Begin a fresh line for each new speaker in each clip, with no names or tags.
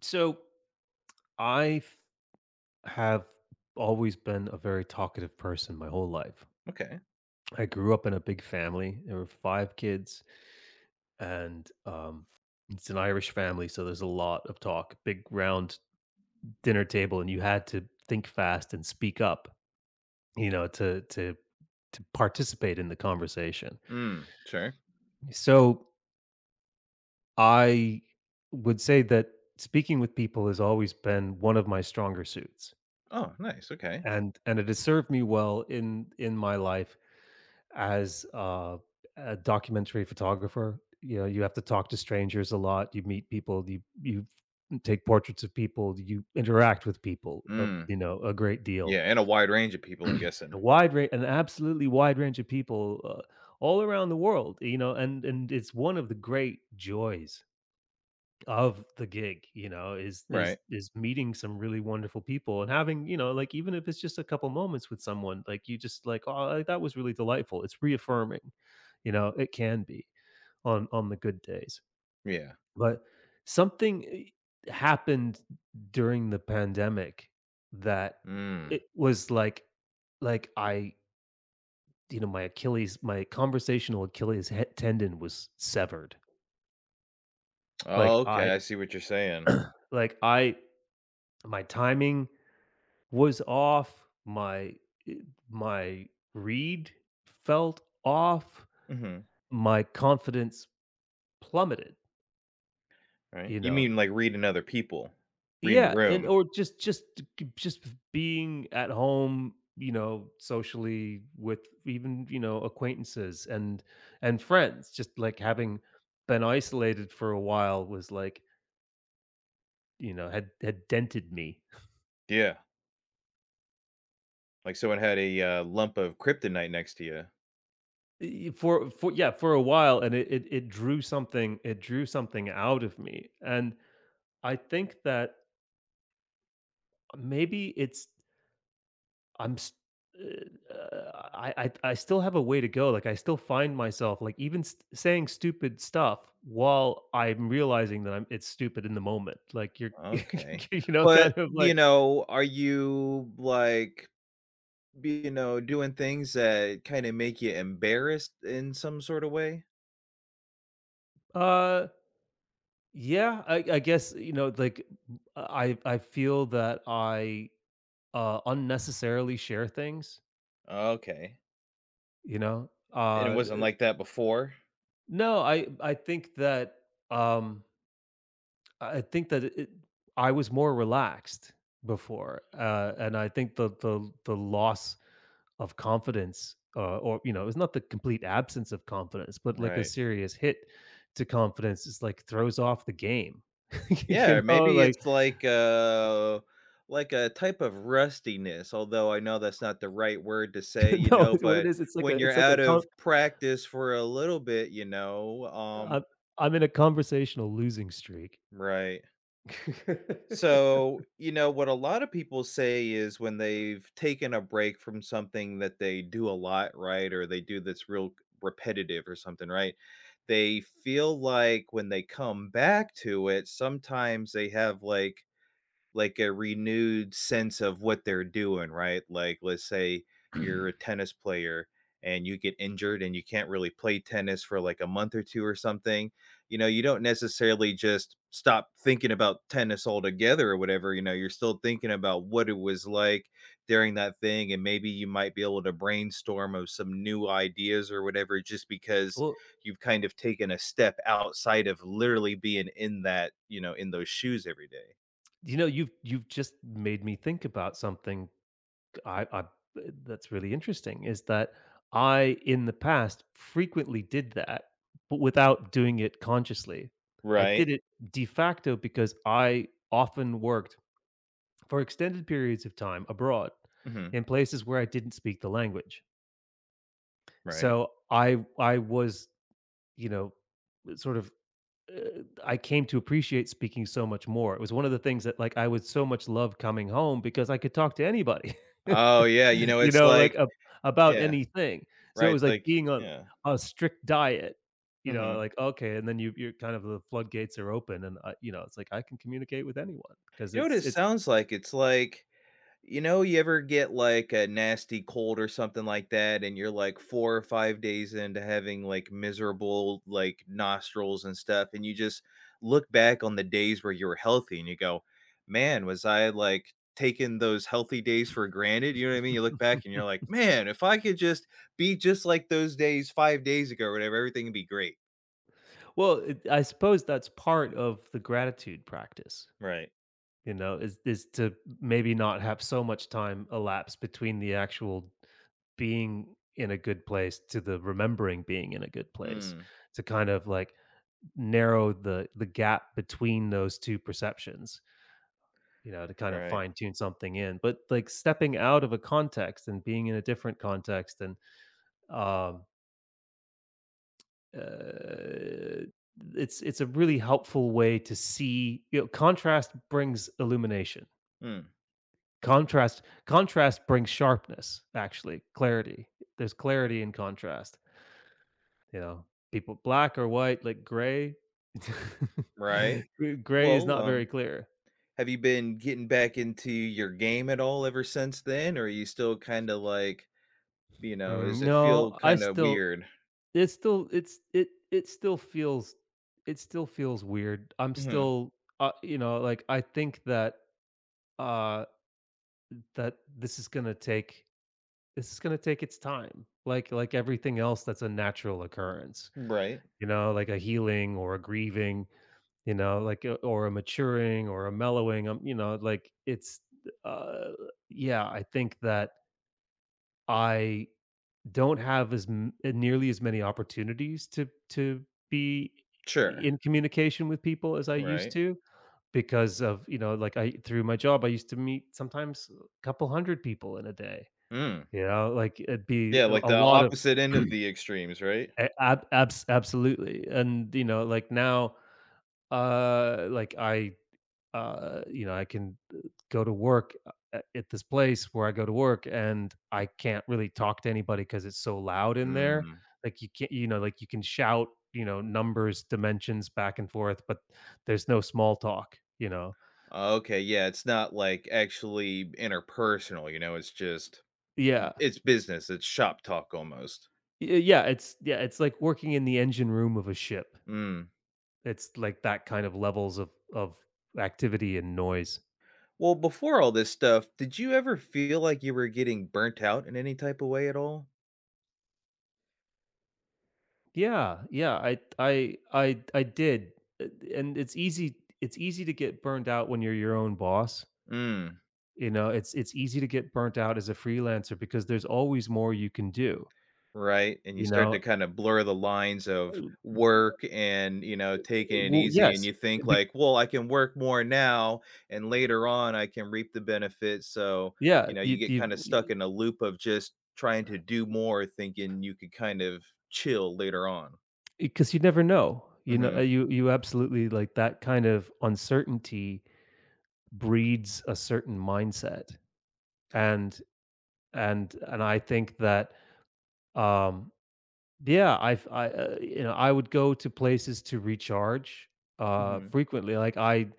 So I have always been a very talkative person my whole life.
Okay.
I grew up in a big family. There were five kids, and it's an Irish family, so there's a lot of talk. Big round dinner table, and you had to think fast and speak up, you know, to to to participate in the conversation.
Mm, sure.
So I would say that speaking with people has always been one of my stronger suits
Oh, nice, okay.
and it has served me well in my life as a documentary photographer. You know, you have to talk to strangers a lot. You meet people. You take portraits of people. You interact with people.
Mm,
You know, a great
yeah,
deal.
and a wide range of people, I'm guessing.
A wide range, an absolutely wide range of people all around the world. You know, and it's one of the great joys of the gig, is is
Right.
is meeting some really wonderful people and having, like even if it's just a couple moments with someone, like you just like, oh, like, that was really delightful. It's reaffirming, it can be on the good days.
Yeah.
But something happened during the pandemic that
Mm.
it was like my Achilles, my conversational Achilles tendon was severed. Like
Oh,
I,
okay, I see what you're saying.
like I, my timing was off, my eh, my read felt off,
Mhm,
my confidence plummeted,
right.
you
You
know?
mean, like, reading other people? Reading the
Yeah, and
room.
or just just being at home, socially with even, acquaintances and friends, just, like, having been isolated for a while was, like, had dented me.
Yeah, like, someone had a lump of kryptonite next to you.
E for yeah, for a while, and it drew something out of me, and I think that maybe it's I'm s I still have a way to go, like, I still find myself, like, even s saying stupid stuff while I'm realizing that I'm it's stupid in the moment, like, you're
Okay. But
kind of like,
are you, like, doing things that kinda make you embarrassed in some sorta way?
"Uh, yeah, I guess," like, I feel that I, unnecessarily share things,
Okay.
you know?
And it wasn't like that before?
No, I think that, I think that it I was more relaxed before, and I think the loss of confidence, or it's not the complete absence of confidence, but like a
Right.
serious hit to confidence is like throws off the game.
Yeah,
You know,
maybe
like
it's like a type of rustiness, although I know that's not the right word to say
no, what it
but
is, it's like a
when you're
it's like a
out of
con-
practice for a little bit.
I'm, I'm in a conversational losing streak.
Right. So what a lot of people say is when they've taken a break from something that they do a lot, right? Or they do that's real repetitive or something, right? They feel like when they come back to it, sometimes they have like a renewed sense of what they're doing, right? Like, let's say you're a tennis player and you get injured and you can't really play tennis for like a month or two or something. You know, you don't necessarily just stop thinking about tennis altogether or whatever. You know, you're still thinking about what it was like during that thing. And maybe you might be able to brainstorm of some new ideas or whatever just because
Well,
you've kind of taken a step outside of literally being in that in those shoes every day.
you know, you've just made me think about something I that's really interesting is that I in the past frequently did that, but without doing it consciously. I
Right.
did it de facto because I often worked for extended periods of time abroad
Mhm.
in places where I didn't speak the language.
Right.
So I was, you know, sort of I came to appreciate speaking so much more. It was one of the things that like I would so much love coming home because I could talk to anybody.
Oh, yeah, you know,
You
it's
know,
like
like, a about
yeah,
anything. So
right,
it was
it's
like
like
being on
yeah.
a strict diet,
Mhm.
like, okay, and then you're kind of the floodgates are open and, it's like I can communicate with anyone because
You know what it
it's
sounds like? It's like you ever get, like, a nasty cold or something like that, and you're, like, 4 or 5 days into having, like, miserable, like, nostrils and stuff, and you just look back on the days where you were healthy, and you go, "Man, was I, like, taking those healthy days for granted?" You know what I mean? You look back and you're like, "Man, if I could just be just like those days 5 days ago or whatever, everything would be great."
well, it I suppose that's part of the gratitude practice,
Right.
you know, is to maybe not have so much time elapse between the actual being in a good place to the remembering being in a good place,
Mm.
to kind of, like, narrow the gap between those two perceptions. You know, to kind of
Right.
fine tune something in. But like stepping out of a context and being in a different context, and um, uh, it's a really helpful way to see. You know, contrast brings illumination.
Mm.
Contrast brings sharpness. Actually, clarity. There's clarity in contrast. You know, people black or white, like gray.
Right.
Gray is
Well,
not very clear.
have you been getting back into your game at all ever since then, or are you still kinda like does
Mm,
it
no,
feel
I
kinda
still
weird?
It's still it's it it still feels it still feels weird. I'm
Mhm.
still, like I think uh that this is gonna take its time. Like everything else that's a natural occurrence,
Right.
you know, like a healing or a grieving, you know, like a, or a maturing or a mellowing. Like it's uh yeah, I think that I don't have as nearly as many opportunities to be
Sure.
in communication with people as I used
Right.
to, because of, like, I through my job I used to meet sometimes a couple hundred people in a day,
Mm.
you know, like it'd be
Yeah, like
a
the
lot of.
opposite end of the extremes, right?
Absolutely, and you know like now like I can go to work at this place where I go to work and I can't really talk to anybody because it's so loud in there.
Mm.
Like you can't, like you can shout, you know, numbers, dimensions back and forth, but there's no small talk, you know?
Okay, yeah, it's not, like, actually interpersonal, you know, it's just
Yeah.
it's business, it's shop talk almost.
Yeah. It's, yeah. It's like working in the engine room of a ship.
Mm.
It's like that kind of levels of activity and noise.
Well, before all this stuff, did you ever feel like you were getting burnt out in any type of way at all?
Yeah, yeah, I did, uh, and it's easy to get burned out when you're your own boss.
Mm,
You know, it's easy to get burnt out as a freelancer because there's always more you can do,
right. And you
you
start
know?
to kind of blur the lines of work and, you know, taking it
Well,
easy. And
yes,
you think,
be
like, well, I can work more now and later on I can reap the benefits. So
yeah, you
you get kind of stuck
you
in a loop of just trying to do more, thinking you could kind of chill later on.
because you never know,
Mm
you know,
hmm.
uh, you absolutely like, that kind of uncertainty breeds a certain mindset, and and I think that, um yeah, I've I, you know, I would go to places to recharge,
Mm
uh,
hmm.
frequently, like, I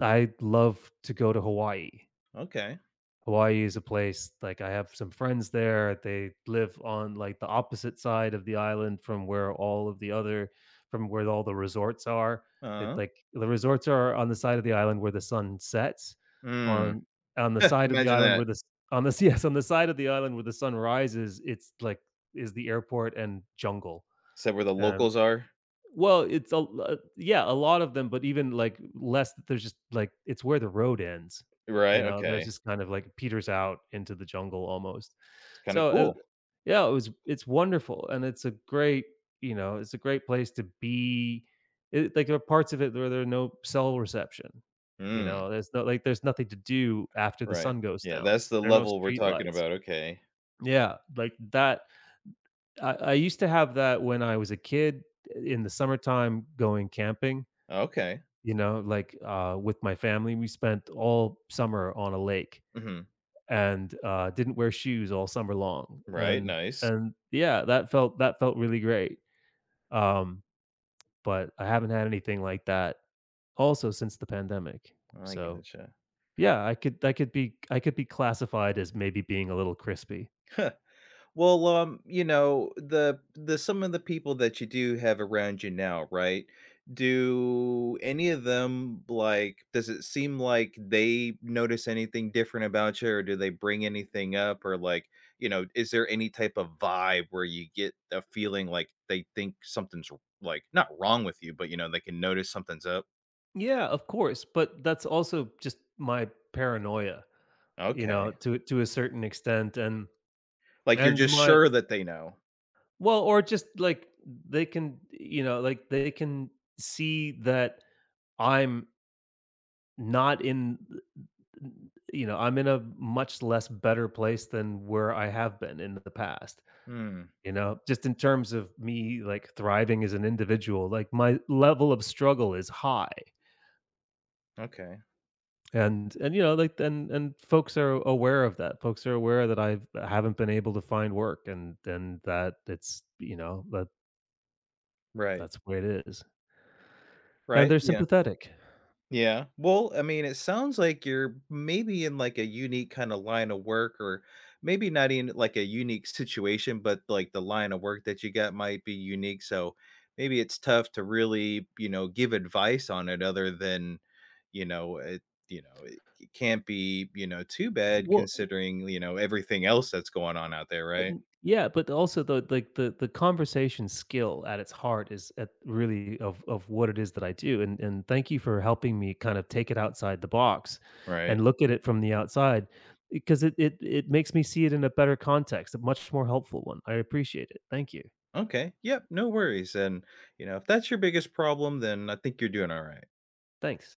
I love to go to Hawaii.
Okay.
Hawaii is a place, like, I have some friends there, they live on, like, the opposite side of the island from where all the resorts are. It
Uh huh.
Like, the resorts are on the side of the island where the sun sets,
Mm.
on on the side of the
Imagine
island where
that.
the yes, on the side of the island where the sun rises, it's like is the airport and jungle,
Is that where the
and
locals are?
well, it's a yeah, a lot of them, but even, like, less there's just, like it's where the road ends, you
Right,
know? There's
okay.
just kind of, like, peters out into the jungle almost.
It's kinda
So,
cool.
yeah, it's wonderful, and it's a great place to be. It Like, there are parts of it where there are no cell reception, you
Mm,
know? There's no Like, there's nothing to do after the
right.
sun goes
Yeah,
down.
that's the
There are no
level we're
street
talking
lights.
about, okay.
Yeah, like, I used to have that when I was a kid in the summertime going camping,
Okay.
like with my family. We spent all summer on a lake
Mhm.
and didn't wear shoes all summer long.
Right,
And
nice.
and yeah, that felt really great. Um, but I haven't had anything like that also since the pandemic.
I
So
gotcha.
yeah, I could be classified as maybe being a little crispy.
Well, the some of the people that you do have around you now, right? Do any of them like does it seem like they notice anything different about you or do they bring anything up or like is there any type of vibe where you get a feeling like they think something's like not wrong with you, but they can notice something's up?
Yeah, of course, but that's also just my paranoia. You know,
Okay.
to a certain extent,
Like you're
and
just
my
sure that they know.
well, or just, like, they can you know, like, they can see that I'm not in you know, I'm in a much less better place than where I have been in the past,
Hmm.
you know? Just in terms of me, like, thriving as an individual, like, my level of struggle is high.
Okay.
You know, like, and folks are aware of that. Folks are aware that I haven't been able to find work and that it's, that
Right.
that's the way it is. And
Right.
they're
Yeah.
sympathetic.
Yeah. Well, I mean, it sounds like you're maybe in like a unique kind of line of work, or maybe not in like a unique situation, but like the line of work that you got might be unique. So maybe it's tough to really give advice on it other than, you know, it, it can't be too bad
Well,
considering everything else that's going on out there. Right.
yeah, but also the like the conversation skill at its heart is at really of what it is that I do. And thank you for helping me kind of take it outside the box
Right.
and look at it from the outside because it makes me see it in a better context, a much more helpful one. I appreciate it. Thank you.
Okay. Yep. No worries. And if that's your biggest problem, then I think you're doing all right.
Thanks.